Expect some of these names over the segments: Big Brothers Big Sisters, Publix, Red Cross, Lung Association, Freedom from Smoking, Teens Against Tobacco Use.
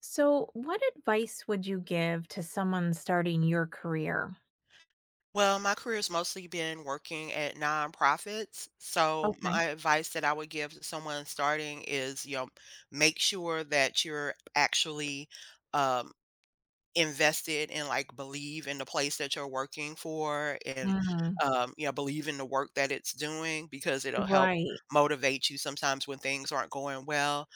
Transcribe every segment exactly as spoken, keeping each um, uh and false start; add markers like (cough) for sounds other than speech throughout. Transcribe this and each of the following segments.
So, what advice would you give to someone starting your career? Well, my career's mostly been working at nonprofits. So Okay. my advice that I would give to someone starting is, you know, make sure that you're actually um, invested and like believe in the place that you're working for and, Mm, um, you know, believe in the work that it's doing because it'll help right. motivate you sometimes when things aren't going well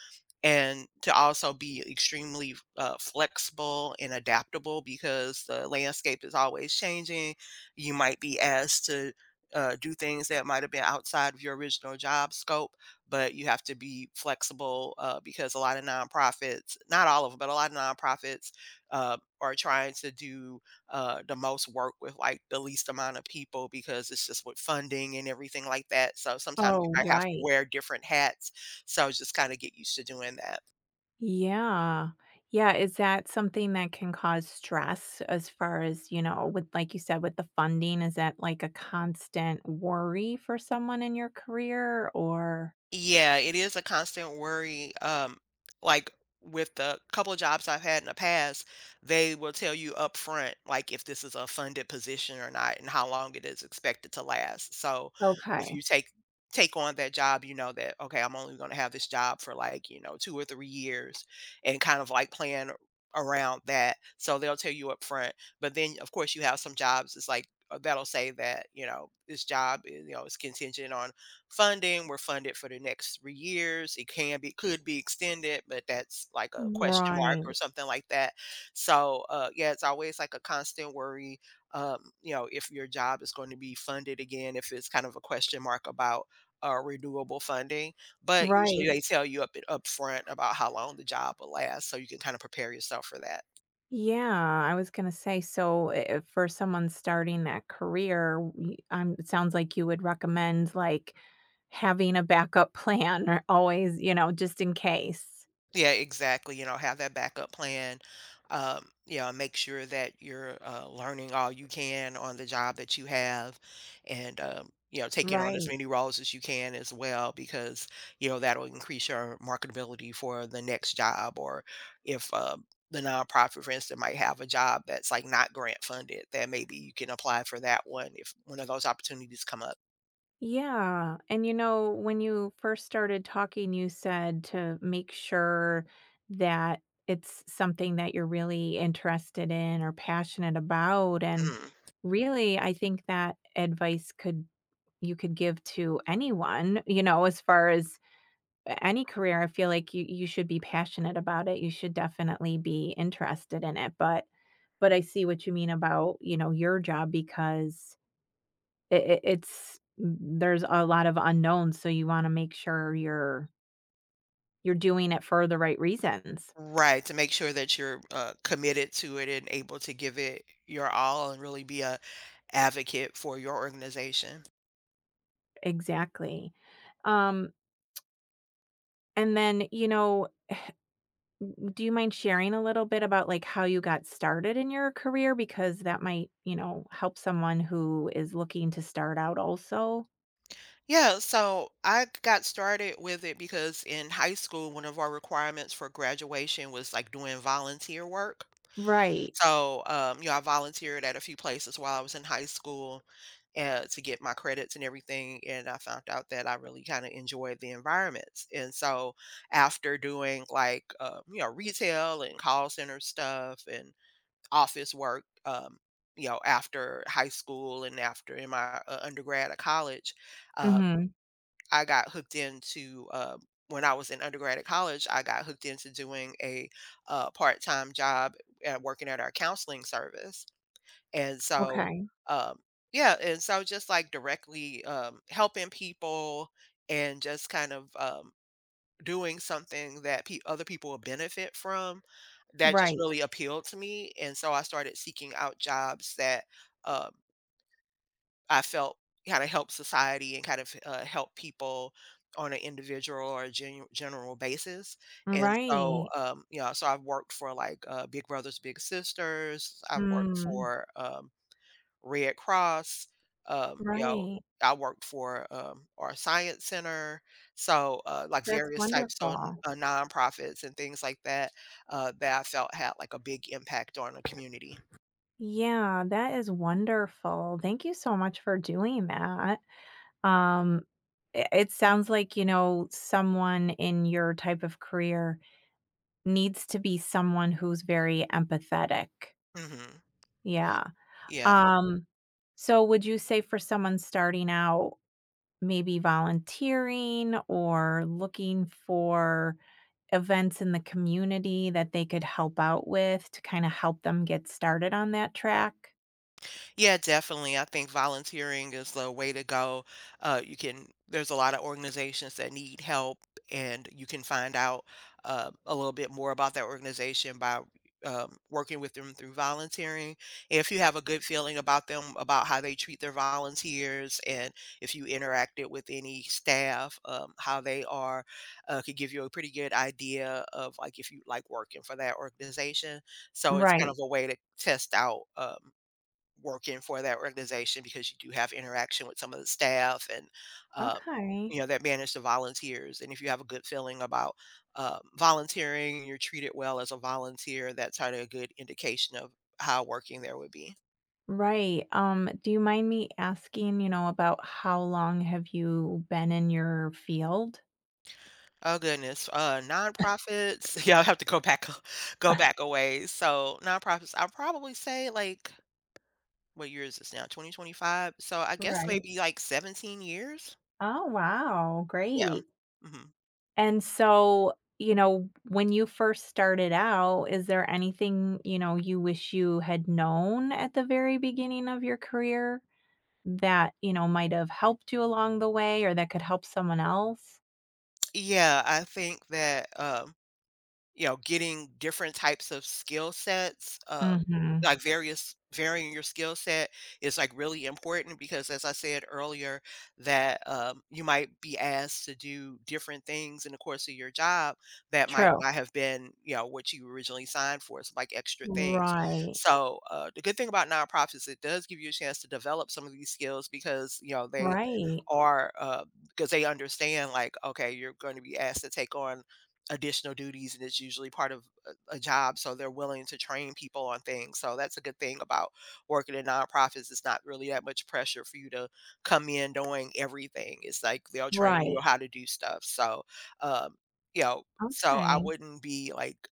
and to also be extremely uh, flexible and adaptable because the landscape is always changing. You might be asked to uh, do things that might have been outside of your original job scope, but you have to be flexible uh, because a lot of nonprofits, not all of them, but a lot of nonprofits uh, are trying to do uh, the most work with like the least amount of people because it's just with funding and everything like that. So sometimes you Oh, might have to right. wear different hats so I was just kind of get used to doing that. Yeah. Yeah. Is that something that can cause stress as far as, you know, with, like you said, with the funding? Is that like a constant worry for someone in your career, or? Yeah, it is a constant worry, um, like, with the couple of jobs I've had in the past, they will tell you up front, like, if this is a funded position or not and how long it is expected to last. So, if Okay. you take take on that job, you know that, "Okay, I'm only gonna have this job for, like, you know, two or three years," and kind of, like, plan around that. So, they'll tell you up front. But then, of course, you have some jobs, it's like, uh, that'll say that, you know, "This job, is you know, is contingent on funding. We're funded for the next three years. It can be, could be extended, but that's like a question mark or Right. something like that." So, uh, yeah, it's always like a constant worry. Um, you know, if your job is going to be funded again, if it's kind of a question mark about uh, renewable funding. But usually Right. they tell you up upfront about how long the job will last, so you can kind of prepare yourself for that. Yeah, I was gonna say, so i- for someone starting that career, we- um, it sounds like you would recommend like having a backup (laughs) plan, or always, you know, just in case. Yeah, exactly. You know, have that backup plan. Um, you know, make sure that you're uh, learning all you can on the job that you have, and um, you know, taking on as Right. many roles as you can as well, because you know that'll increase your marketability for the next job. Or if uh, the nonprofit, for instance, might have a job that's like not grant funded, then maybe you can apply for that one if one of those opportunities come up. Yeah. And you know, when you first started talking, you said to make sure that it's something that you're really interested in or passionate about. And Mhm. really, I think that advice could you could give to anyone, you know, as far as any career. I feel like you you should be passionate about it. You should definitely be interested in it. But but I see what you mean about you know your job because it, it, it's mm, there's a lot of unknowns, so you want to make sure you're you're doing it for the right reasons. Right, to make sure that you're uh, committed to it and able to give it your all and really be a advocate for your organization. Exactly. Um, and then you know, do you mind sharing a little bit about like how you got started in your career, because that might you know help someone who is looking to start out also. Yeah, so I got started with it because in high school, one of our requirements for graduation was like doing volunteer work. Right. So, um, you know, I volunteered at a few places while I was in high school uh, to get my credits and everything. And I found out that I really kind of enjoyed the environments. And so, after doing like, uh, you know, retail and call center stuff and office work, um, you know, after high school and after in my uh, undergrad at college, uh, Hmm. I got hooked into uh, when I was in undergrad at college, I got hooked into doing a uh, part-time job at working at our counseling service. And so, Okay. um, yeah, and so just like directly um, helping people and just kind of um, doing something that pe- other people will benefit from, that just Right. really appealed to me. And so I started seeking out jobs that Um, I felt kind of help society and kind of uh, help people on an individual or a gen- general basis. And so, Right. um, you know, so I've worked for like uh, Big Brothers Big Sisters. I've worked Mm. for um, Red Cross, um, you know, Right. I worked for, um, our science center, so, uh, like, That's various types of, wonderful. uh, nonprofits and things like that, uh, that I felt had, like, a big impact on the community. Yeah, that is wonderful. Thank you so much for doing that. Um, I It sounds like, you know, someone in your type of career needs to be someone who's very empathetic. Mhm. Yeah. Yeah. Um, so would you say for someone starting out maybe volunteering or looking for events in the community that they could help out with to kinda help them get started on that track? Yeah, definitely. I think volunteering is the way to go. Uh, you can, there's a lot of organizations that need help, and you can find out uh, a little bit more about that organization by um, working with them through volunteering. If you have a good feeling about them, about how they treat their volunteers, and if you interacted with any staff, um, how they are, uh, could give you a pretty good idea of like if you like working for that organization. So it's kind Right. of a way to test out. Um, working for that organization because you do have interaction with some of the staff and um, Okay. you know that manage the volunteers, and if you have a good feeling about um, volunteering, you're treated well as a volunteer, that's kind of a good indication of how working there would be. Right. Um, do you mind me asking, you know, about how long have you been in your field? Oh goodness, uh nonprofits. (laughs) Yeah, I have to go back (laughs) a- go back a ways. So nonprofits, I'll probably say like, what year is this now, twenty twenty-five? So I guess Right. maybe like seventeen years. Oh, wow. Yeah. Great. Hmm. And so, you know, when you first started out, is there anything, you know, you wish you had known at the very beginning of your career that, you know, might have helped you along the way or that could help someone else? Yeah, I think that um you know, getting different types of skill sets, uh, Mhm. like various varying your skill set is like really important because as I said earlier, that um, you might be asked to do different things in the course of your job that might True. not have been, you know, what you originally signed for. It's like extra things. Right. So uh, the good thing about nonprofits, is it does give you a chance to develop some of these skills because, you know, they Right. are uh, because they understand like, okay, you're going to be asked to take on additional duties and it's usually part of a, a job, so they're willing to train people on things, so that's a good thing about working in nonprofits. It's not really that much pressure for you to come in knowing everything. It's like they'll train you Right. how to do stuff, so um you know, so I Okay. wouldn't be like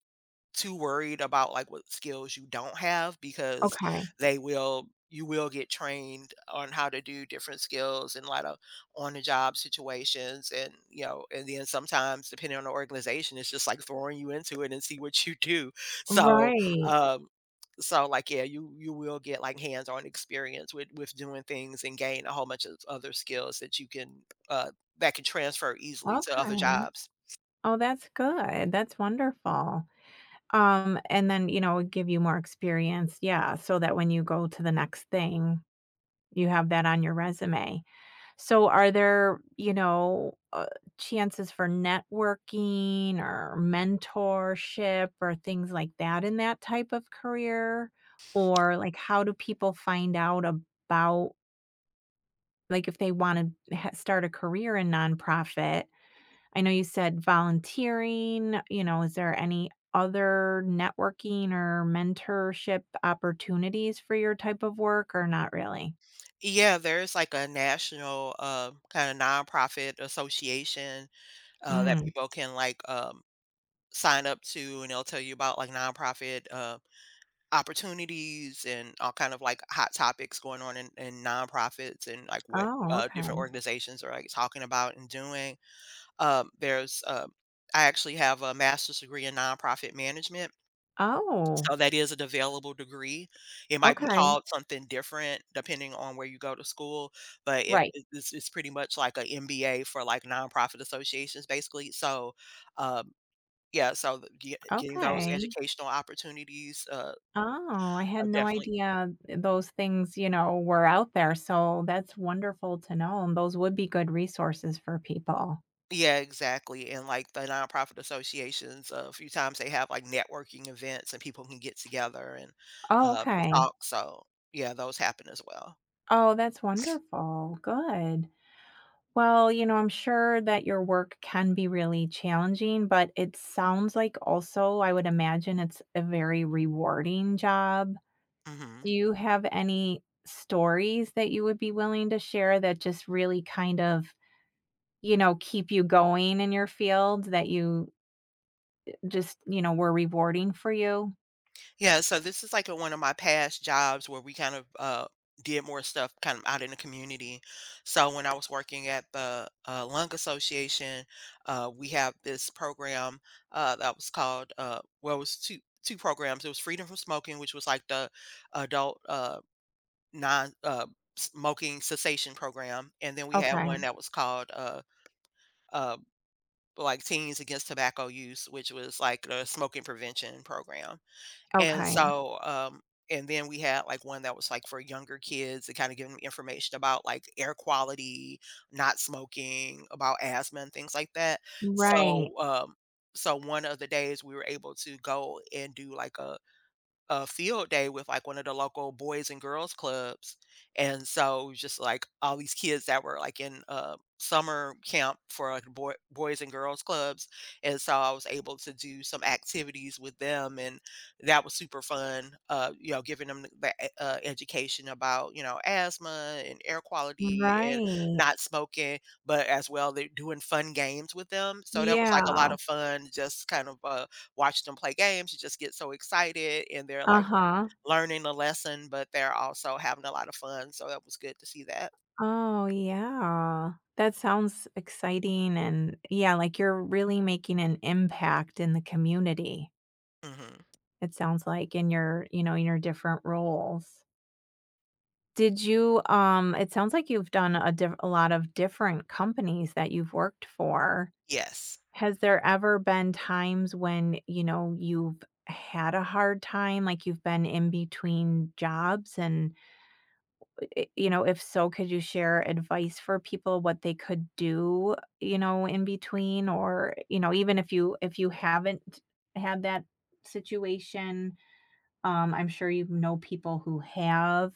too worried about like what skills you don't have because Okay. they will you will get trained on how to do different skills in a lot of on the job situations, and you know, and then sometimes depending on the organization it's just like throwing you into it and see what you do. So Right. um so like, yeah, you you will get like hands-on experience with with doing things and gain a whole bunch of other skills that you can uh that can transfer easily to other Okay. jobs. Oh, that's good. That's wonderful. Um, and then, you know, give you more experience. Yeah. So that when you go to the next thing, you have that on your resume. So are there, you know, uh, chances for networking or mentorship or things like that in that type of career? Or like how do people find out about like if they want to ha- start a career in nonprofit? I know you said volunteering, you know, is there any other networking or mentorship opportunities for your type of work, or not really? Yeah, there's like a national, um, kind of nonprofit association, uh, that Mm. people can like, um, sign up to, and they'll tell you about like nonprofit, uh, opportunities and all kind of like hot topics going on in, in nonprofits, and like what, Oh, uh, different okay. organizations are like talking about and doing. Um, there's, uh, I actually have a master's degree in nonprofit management. Oh, So that is an available degree. It might be okay. called something different depending on where you go to school, but if Right. it it's it's pretty much like an M B A for, like, nonprofit associations, basically. So, um, yeah, so the get getting those Okay. educational opportunities, uh, Oh, I had are no definitely. idea those things, you know, were out there, so that's wonderful to know, and those would be good resources for people. Yeah, exactly, and, like, the nonprofit associations, uh, a few times they have, like, networking events and people can get together and, Oh, uh, okay. talk, so, yeah, those happen as well. Oh, that's wonderful, good. Well, you know, I'm sure that your work can be really challenging, but it sounds like also, I would imagine it's a very rewarding job. Mhm. Do you have any stories that you would be willing to share that just really kind of, you know, keep you going in your field, that you just, you know, were rewarding for you? Yeah, so this is like at one of my past jobs where we kind of uh, did more stuff kind of out in the community. So when I was working at the uh, Lung Association, uh, we have this program uh, that was called, uh, well, it was two two programs. It was Freedom from Smoking, which was like the adult uh, non uh, smoking cessation program, and then we had one Okay, that was called uh, uh, like Teens Against Tobacco Use, which was like the smoking prevention program. And okay. so, um, and then we had like one that was like for younger kids to kind of give them information about like air quality, not smoking, about asthma and things like that. Right, So, um, so one of the days we were able to go and do like a a field day with like one of the local boys and girls clubs. And so it was just like all these kids that were like in uh, summer camp for like boy, boys and girls clubs. And so I was able to do some activities with them. And that was super fun, uh, you know, giving them the e- uh, education about, you know, asthma and air quality and right. not smoking, but as well, they're doing fun games with them. So that was like a Yeah. lot of fun, just kind of uh, watch them play games, you just get so excited and they're like Uh-huh. learning a lesson, but they're also having a lot of fun. So that was good to see that. Oh, yeah. That sounds exciting, and yeah, like you're really making an impact in the community, Mhm. it sounds like in your, you know, in your different roles. Did you, um, it sounds like you've done a diff a lot of different companies that you've worked for. Yes. Has there ever been times when, you know, you've had a hard time, like you've been in between jobs? And, i- you know, if so, could you share advice for people what they could do, you know, in between, or, you know, even if you if you haven't had that situation, um, I'm sure you know people who have.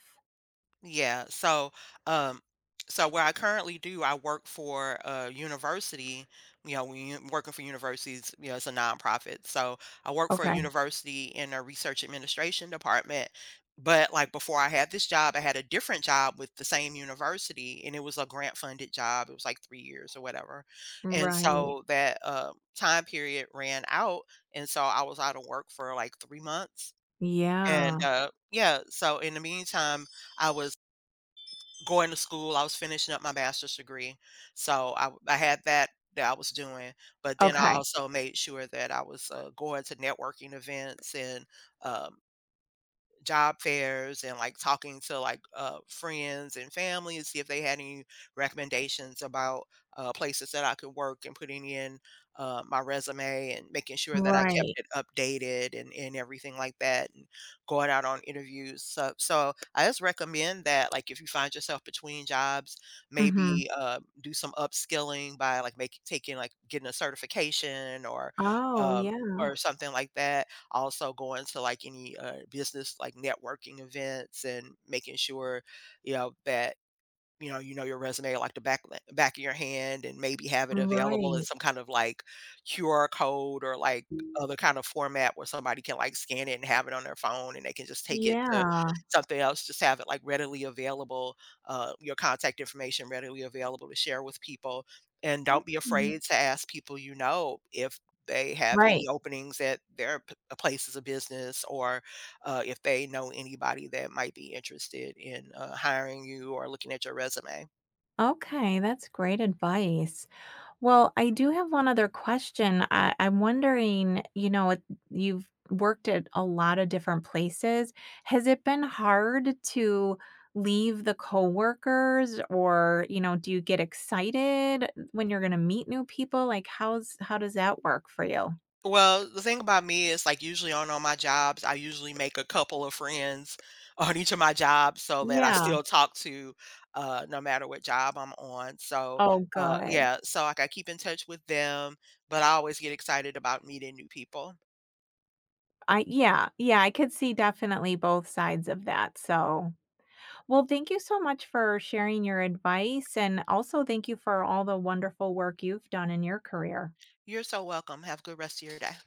Yeah, so, um, so what I currently do, I work for a university, you know, when you working for universities, you know, it's a nonprofit. So I work for a Okay. university in a research administration department. But like before I had this job, I had a different job with the same university and it was a grant funded job. It was like three years or whatever. And Right. so that uh, time period ran out. And so I was out of work for like three months. And Yeah. uh, yeah, so in the meantime, I was going to school. I was finishing up my master's degree, so I w- I had that that I was doing, but then I Okay. also made sure that I was uh, going to networking events and um, job fairs and like talking to like uh, friends and family and see if they had any recommendations about uh, places that I could work and putting in uh, my resume and making sure that I kept Right. it updated and, and everything like that and going out on interviews. So, so I just recommend that like if you find yourself between jobs, Mm-hmm. maybe uh, do some upskilling by like making taking like getting a certification or Oh, um, yeah. or something like that, also going to like any uh, business like networking events and making sure you know that you know, you know your resume like the back back of your hand and maybe have it available in Right. some kind of like Q R code or like other kind of format where somebody can like scan it and have it on their phone and they can just take it to Yeah. something else, just have it like readily available, uh, your contact information readily available to share with people. And Oh, don't be mhm. afraid to ask people you know if they have any Right. openings at their p- uh, places of business or uh, if they know anybody that might be interested in uh, hiring you or looking at your resume. Okay, that's great advice. Well, I do have one other question. I, I'm wondering, you know, it- you've worked at a lot of different places. Has it been hard to leave the coworkers, or, you know, do you get excited when you're going to meet new people? Like how's how does that work for you? Well, the thing about me is like usually on all my jobs, I usually make a couple of friends (laughs) on each of my jobs so that I Yeah. still talk to uh, no matter what job I'm on. So Oh, uh, good. yeah, so like I keep in touch with them, but I always get excited about meeting new people. I Yeah, yeah, I could see definitely both sides of that. So, well, thank you so much for sharing your advice. And also, thank you for all the wonderful work you've done in your career. You're so welcome. Have a good rest of your day.